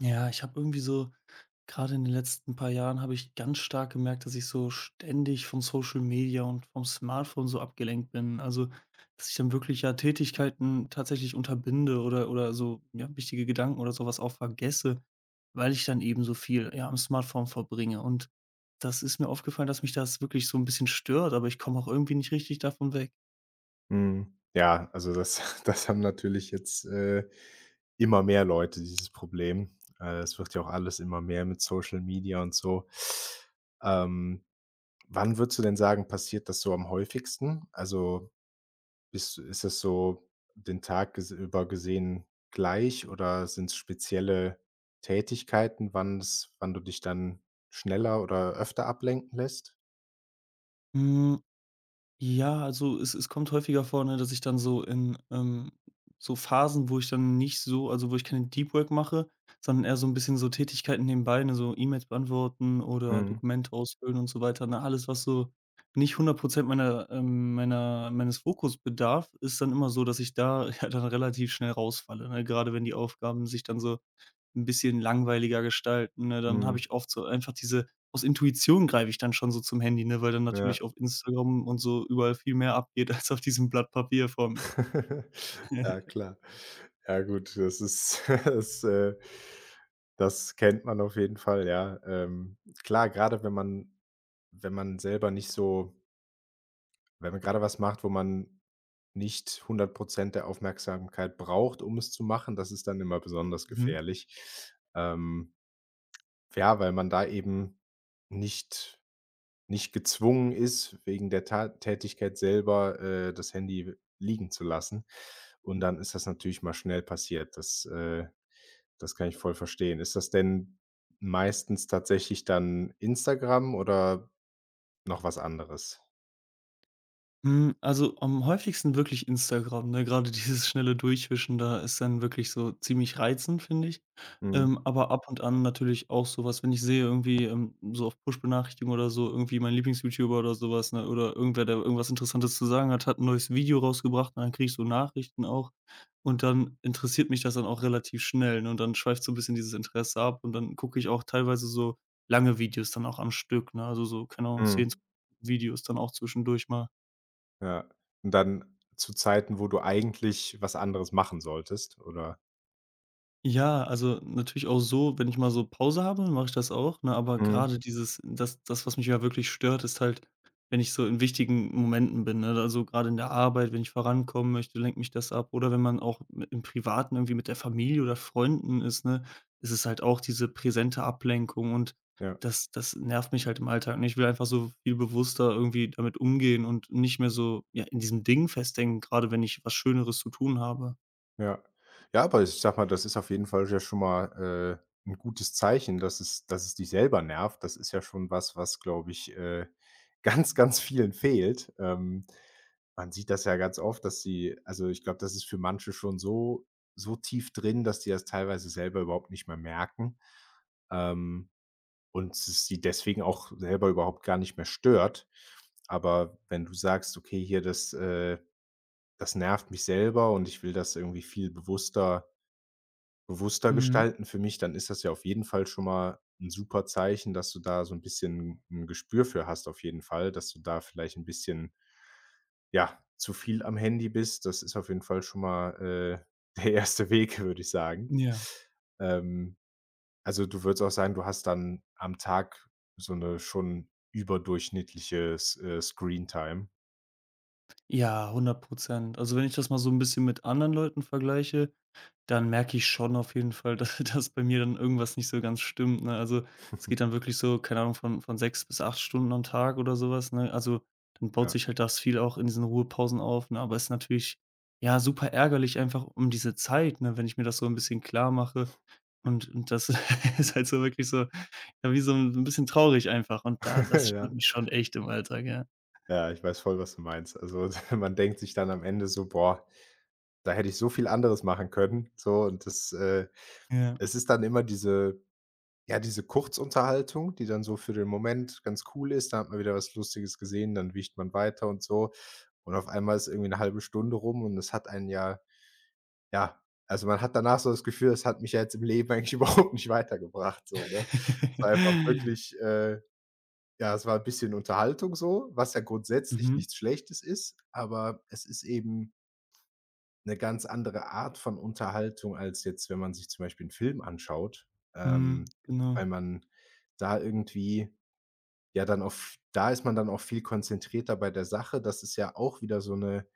Ja, ich habe irgendwie so gerade in den letzten paar Jahren habe ich ganz stark gemerkt, dass ich so ständig von Social Media und vom Smartphone so abgelenkt bin. Also, dass ich dann wirklich, ja, Tätigkeiten tatsächlich unterbinde oder so, ja, wichtige Gedanken oder sowas auch vergesse, weil ich dann eben so viel, ja, am Smartphone verbringe. Und das ist mir aufgefallen, dass mich das wirklich so ein bisschen stört, aber ich komme auch irgendwie nicht richtig davon weg. Mhm. Ja, also das das haben natürlich jetzt immer mehr Leute dieses Problem. Es wird ja auch alles immer mehr mit Social Media und so. Ähm, Wann würdest du denn sagen, passiert das so am häufigsten? Also, bist ist es so den Tag ges über gesehen gleich, oder sind es spezielle Tätigkeiten, wann du dich dann schneller oder öfter ablenken lässt? Hm. Ja, also es kommt häufiger vor, ne, dass ich dann so in, so Phasen, wo ich dann nicht so also, wo ich keine Deep Work mache, sondern eher so ein bisschen so Tätigkeiten nebenbei, ne, so E-Mails beantworten oder Mhm, Dokumente ausfüllen und so weiter, ne? Alles, was so nicht 100% meiner meiner meines Fokus bedarf, ist dann immer so, dass ich da ja dann relativ schnell rausfalle, ne? Gerade wenn die Aufgaben sich dann so ein bisschen langweiliger gestalten, ne? Dann habe mhm, ich oft so einfach diese aus Intuition greife ich dann schon so zum Handy, ne, weil dann ja. natürlich auf Instagram und so überall viel mehr abgeht als auf diesem Blatt Papier vor mir. Ja, klar. Ja gut, das ist das kennt man auf jeden Fall, ja. Klar, gerade wenn man selber nicht so, wenn man gerade was macht, wo man nicht 100% der Aufmerksamkeit braucht, um es zu machen, das ist dann immer besonders Mhm. gefährlich. Ähm, ja, weil man da eben nicht nicht gezwungen ist, wegen der Ta Tätigkeit selber, das Handy liegen zu lassen. Und dann ist das natürlich mal schnell passiert. Das kann ich voll verstehen. Ist das denn meistens tatsächlich dann Instagram oder noch was anderes? Hm, also am häufigsten wirklich Instagram, ne? Gerade dieses schnelle Durchwischen da ist dann wirklich so ziemlich reizend, finde ich. Mhm, Aber ab und an natürlich auch so was, wenn ich sehe irgendwie, so auf Push-Benachrichtigungen oder so, irgendwie mein Lieblings-YouTuber oder sowas, ne, oder irgendwer, der irgendwas Interessantes zu sagen hat, hat ein neues Video rausgebracht und dann kriege ich so Nachrichten auch. Und dann interessiert mich das dann auch relativ schnell, ne? Und dann schweift so ein bisschen dieses Interesse ab und dann gucke ich auch teilweise so lange Videos dann auch am Stück, ne? Also so, keine Ahnung, mhm, 10 Videos dann auch zwischendurch mal. ja. Und dann zu Zeiten, wo du eigentlich was anderes machen solltest, oder? Ja, also natürlich auch so, wenn ich mal so Pause habe, mache ich das auch, ne? Aber Mhm. gerade dieses das, was mich ja wirklich stört, ist halt, wenn ich so in wichtigen Momenten bin, ne? Also gerade in der Arbeit, wenn ich vorankommen möchte, lenkt mich das ab. Oder wenn man auch mi im Privaten irgendwie mit der Familie oder Freunden ist, ne? Ist es halt auch diese präsente Ablenkung und Ja. das nervt mich halt im Alltag. Und ich will einfach so viel bewusster irgendwie damit umgehen und nicht mehr so, ja, in diesem Ding festdenken. Gerade wenn ich was Schöneres zu tun habe. Ja. Ja, aber ich sag mal, das ist auf jeden Fall ja schon mal, 'n gutes Zeichen, dass es dich selber nervt. Das ist ja schon was, was, glaube ich, ganz, ganz vielen fehlt. Man sieht das ja ganz oft, dass sie also, ich glaube, das ist für manche schon so tief drin, dass die das teilweise selber überhaupt nicht mehr merken, ähm, und es sie deswegen auch selber überhaupt gar nicht mehr stört. Aber wenn du sagst: „Okay, hier, das nervt mich selber und ich will das irgendwie viel bewusster bewusster Mhm. gestalten für mich", dann ist das ja auf jeden Fall schon mal 'n super Zeichen, dass du da so 'n bisschen 'n Gespür für hast auf jeden Fall, dass du da vielleicht 'n bisschen, ja, zu viel am Handy bist. Das ist auf jeden Fall schon mal, der erste Weg, würde ich sagen. Ja. Ähm, also, du würdest auch sagen, du hast dann am Tag so 'ne schon überdurchschnittliche S Screentime. Ja, 100%. Also, wenn ich das mal so ein bisschen mit anderen Leuten vergleiche, dann merke ich schon auf jeden Fall, dass dass bei mir dann irgendwas nicht so ganz stimmt, ne? Also, es geht dann wirklich so, keine Ahnung, von 6 bis 8 Stunden am Tag oder sowas, ne? Also, dann baut Ja. sich halt das viel auch in diesen Ruhepausen auf, ne? Aber es ist natürlich, ja, super ärgerlich einfach um diese Zeit, ne, wenn ich mir das so ein bisschen klarmache. Und das ist halt so wirklich so, ja, wie so ein bisschen traurig einfach. Und da das Ja. stört mich schon echt im Alltag, ja. Ja, ich weiß voll, was du meinst. Also, man denkt sich dann am Ende so: „Boah, da hätte ich so viel anderes machen können", so, und das Ja. es ist dann immer diese, ja, diese Kurzunterhaltung, die dann so für den Moment ganz cool ist. Da hat man wieder was Lustiges gesehen, dann wiecht man weiter und so. Und auf einmal ist irgendwie eine halbe Stunde rum und es hat einen ja, also, man hat danach so das Gefühl, das hat mich ja jetzt im Leben eigentlich überhaupt nicht weitergebracht so, ne? Es war einfach wirklich ja, es war ein bisschen Unterhaltung so, was ja grundsätzlich Mhm. nichts Schlechtes ist, aber es ist eben eine ganz andere Art von Unterhaltung als jetzt, wenn man sich zum Beispiel 'n Film anschaut, Mhm. ähm, Genau. weil man da irgendwie ja dann auf da ist man dann auch viel konzentrierter bei der Sache. Das ist ja auch wieder so 'ne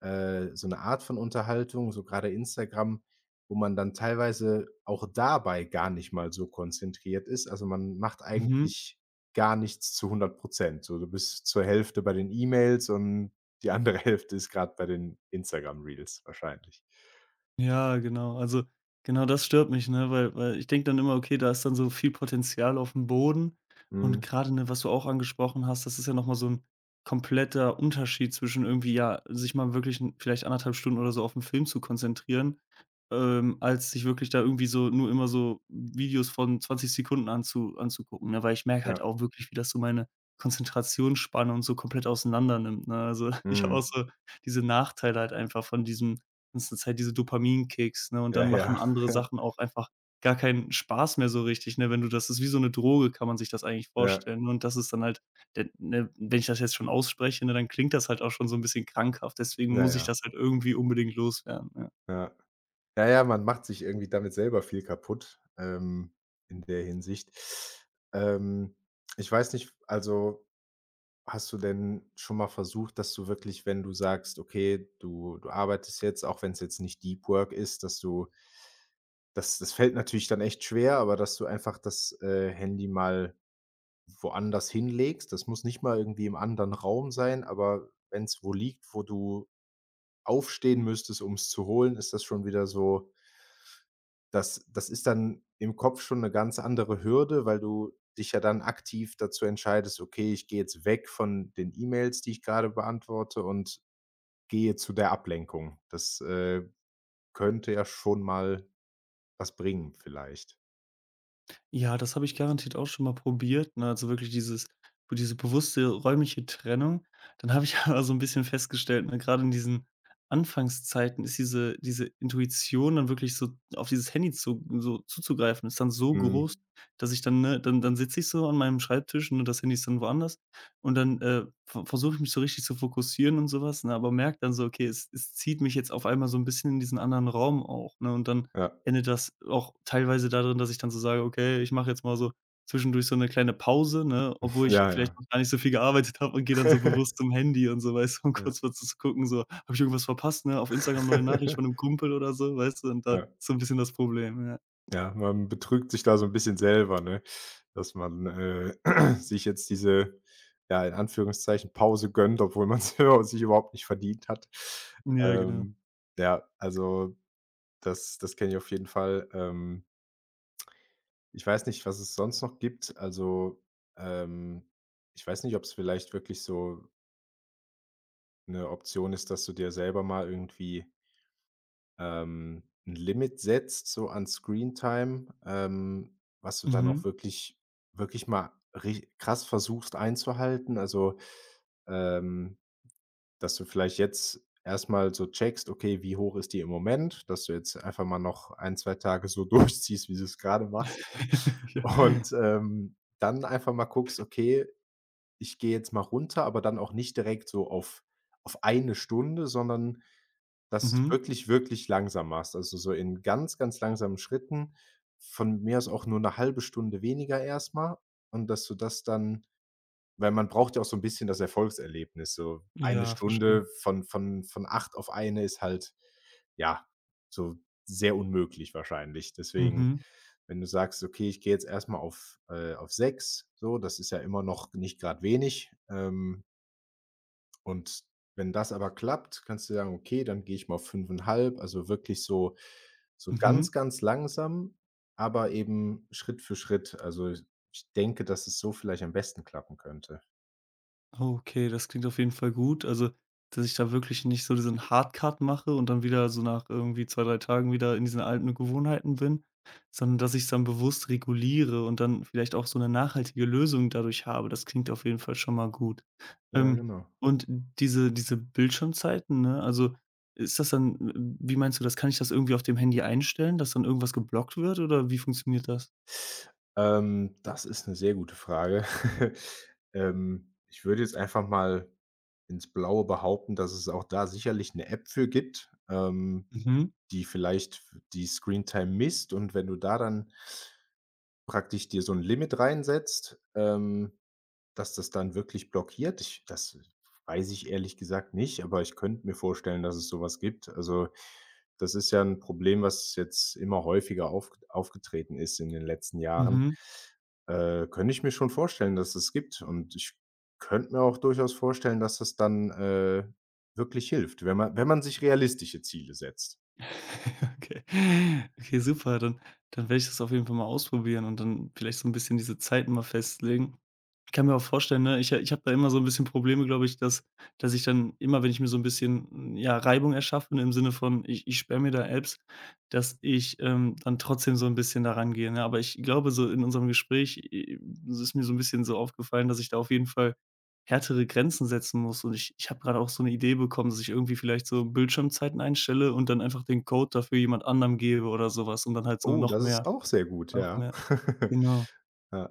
so 'ne Art von Unterhaltung, so grade Instagram, wo man dann teilweise auch dabei gar nicht mal so konzentriert ist. Also, man macht Mhm. eigentlich gar nichts zu 100%. So, du bist zur Hälfte bei den E-Mails und die andere Hälfte ist grad bei den Instagram Reels wahrscheinlich. Ja, genau. Also, genau das stört mich, ne, weil ich denke dann immer: „Okay, da ist dann so viel Potenzial auf dem Boden." Und Mhm. gerade ne, was du auch angesprochen hast, das ist ja noch mal so ein kompletter Unterschied zwischen irgendwie, ja, sich mal wirklich 'n vielleicht anderthalb Stunden oder so auf 'n Film zu konzentrieren, als sich wirklich da irgendwie so nur immer so Videos von 20 Sekunden anzugucken, ne? Weil ich merke Ja. halt auch wirklich, wie das so meine Konzentrationsspanne und so komplett auseinander nimmt, ne? Also, ich habe auch Mhm. so diese Nachteile halt einfach von diesem das sind halt diese Dopaminkicks, ne? Und Ja, dann machen ja. andere Sachen auch einfach gar keinen Spaß mehr so richtig, ne? Wenn du das ist wie so 'ne Droge, kann man sich das eigentlich Ja, ja. vorstellen, ne? Und das ist dann halt der ne, wenn ich das jetzt schon ausspreche, ne, dann klingt das halt auch schon so 'n bisschen krankhaft. Deswegen Ja, muss ich ja. das halt irgendwie unbedingt loswerden, ja. Ja. Ja, ja, man macht sich irgendwie damit selber viel kaputt, in der Hinsicht. Ähm, Ich weiß nicht, also, hast du denn schon mal versucht, dass du wirklich, wenn du sagst: „Okay, du arbeitest jetzt", auch wenn es jetzt nicht Deep Work ist, dass du das fällt natürlich dann echt schwer, aber dass du einfach das, Handy mal woanders hinlegst. Das muss nicht mal irgendwie im anderen Raum sein, aber wenn es wo liegt, wo du aufstehen müsstest, um's zu holen, ist das schon wieder so das ist dann im Kopf schon eine ganz andere Hürde, weil du dich ja dann aktiv dazu entscheidest: „Okay, ich gehe jetzt weg von den E-Mails, die ich gerade beantworte und gehe zu der Ablenkung." Könnte ja schon mal was bringen vielleicht. Ja, das habe ich garantiert auch schon mal probiert, ne? Also, wirklich diese bewusste räumliche Trennung. Dann habe ich aber so ein bisschen festgestellt, ne, grade in diesen Anfangszeiten ist diese Intuition dann wirklich so auf dieses Handy zu so zuzugreifen, ist dann so groß, Mhm. dass ich dann, ne dann sitze ich so an meinem Schreibtisch, und das Handy ist dann woanders und dann, versuche ich mich so richtig zu fokussieren und sowas, ne, aber merke dann so: „Okay, es zieht mich jetzt auf einmal so ein bisschen in diesen anderen Raum auch", ne? Und dann Ja. endet das auch teilweise darin, dass ich dann so sage: „Okay, ich mache jetzt mal so zwischendurch so 'ne kleine Pause", ne, obwohl ich Ja, vielleicht ja. noch gar nicht so viel gearbeitet habe und gehe dann so bewusst zum Handy und so, weißt du, um Ja. kurz mal zu gucken, so: „Habe ich irgendwas verpasst, ne? Auf Instagram neue Nachricht von 'nem Kumpel oder so", weißt du? Und da ist Ja. so 'n bisschen das Problem, ja. Ja, man betrügt sich da so ein bisschen selber, ne? Dass man, sich jetzt diese, ja, in Anführungszeichen Pause gönnt, obwohl man ja sich überhaupt nicht verdient hat. Ja, genau. Ähm, ja, also das kenne ich auf jeden Fall. Ich weiß nicht, was es sonst noch gibt. Also, ähm, ich weiß nicht, ob es vielleicht wirklich so eine Option ist, dass du dir selber mal irgendwie 'n Limit setzt, so an Screentime, was du dann Mhm. auch wirklich mal rich krass versuchst einzuhalten. Also, ähm, dass du vielleicht jetzt erstmal so checkst: Okay, wie hoch ist die im Moment? Dass du jetzt einfach mal noch ein 2 Tage so durchziehst, wie du es gerade machst. Ja. Und, dann einfach mal guckst: „Okay, ich gehe jetzt mal runter, aber dann auch nicht direkt so auf eine Stunde, sondern das Mhm. wirklich, wirklich langsam machst. Also, so in ganz, ganz langsamen Schritten, von mir aus auch nur eine halbe Stunde weniger erstmal und dass du das dann weil man braucht ja auch so 'n bisschen das Erfolgserlebnis. So eine Ja, verstehe. Stunde von 8 auf eine ist halt, ja, so sehr unmöglich wahrscheinlich. Deswegen, Mhm. wenn du sagst: „Okay, ich gehe jetzt erst mal auf sechs", so, das ist ja immer noch nicht grad wenig. Und wenn das aber klappt, kannst du sagen: „Okay, dann gehe ich mal auf fünfeinhalb", also wirklich so so Mhm. ganz, ganz langsam, aber eben Schritt für Schritt. Also, ich denke, dass es so vielleicht am besten klappen könnte. Okay, das klingt auf jeden Fall gut. Also, dass ich da wirklich nicht so diesen Hardcut mache und dann wieder so nach irgendwie 2, 3 Tagen wieder in diesen alten Gewohnheiten bin, sondern dass ich es dann bewusst reguliere und dann vielleicht auch so eine nachhaltige Lösung dadurch habe. Das klingt auf jeden Fall schon mal gut. Ja, Ähm, genau. und diese Bildschirmzeiten, ne, also, ist das dann wie meinst du das? Kann ich das irgendwie auf dem Handy einstellen, dass dann irgendwas geblockt wird oder wie funktioniert das? Das ist eine sehr gute Frage. Ich würde jetzt einfach mal ins Blaue behaupten, dass es auch da sicherlich eine App für gibt, Mhm, die vielleicht f die Screentime misst, und wenn du da dann praktisch dir so ein Limit reinsetzt, ähm, dass das dann wirklich blockiert? Ich das weiß ich ehrlich gesagt nicht, aber ich könnte mir vorstellen, dass es sowas gibt. Also, das ist ja ein Problem, was jetzt immer häufiger aufgetreten ist in den letzten Jahren. mhm. Könnte ich mir schon vorstellen, dass es gibt, und ich könnte mir auch durchaus vorstellen, dass das dann, wirklich hilft, wenn man sich realistische Ziele setzt. Okay. Okay, super, dann werde ich das auf jeden Fall mal ausprobieren und dann vielleicht so ein bisschen diese Zeit mal festlegen, kann mir auch vorstellen, ne? Ich habe da immer so ein bisschen Probleme, glaube ich, dass ich dann immer, wenn ich mir so ein bisschen, ja, Reibung erschaffe ne, im Sinne von, ich sperre mir da Apps, dass ich, dann trotzdem so ein bisschen da rangehe, ne? Aber ich glaube, so in unserem Gespräch, es ist mir so ein bisschen so aufgefallen, dass ich da auf jeden Fall härtere Grenzen setzen muss. Und ich habe gerade auch so eine Idee bekommen, dass ich irgendwie vielleicht so Bildschirmzeiten einstelle und dann einfach den Code dafür jemand anderem gebe oder sowas und dann halt so Oh, das ist auch sehr gut, noch ja. mehr genau. Ja.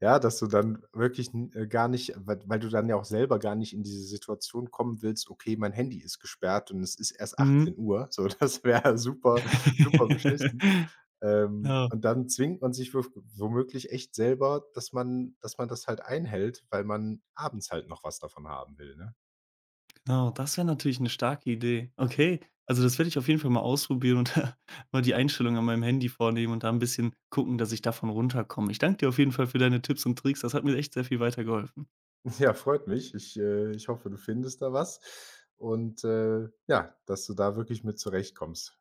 Ja, dass du dann wirklich n gar nicht, weil du dann ja auch selber gar nicht in diese Situation kommen willst: „Okay, mein Handy ist gesperrt und es ist erst Mhm. 18 Uhr." So, das wäre super super beschissen. Ja. Und dann zwingt man sich wöf womöglich echt selber, dass man das halt einhält, weil man abends halt noch was davon haben will, ne? Genau, das wäre natürlich 'ne starke Idee. Okay, also, das werde ich auf jeden Fall mal ausprobieren und da mal die Einstellung an meinem Handy vornehmen und da 'n bisschen gucken, dass ich davon runterkomme. Ich danke dir auf jeden Fall für deine Tipps und Tricks. Das hat mir echt sehr viel weitergeholfen. Ja, freut mich. Ich, ich hoffe, du findest da was und, ja, dass du da wirklich mit zurechtkommst.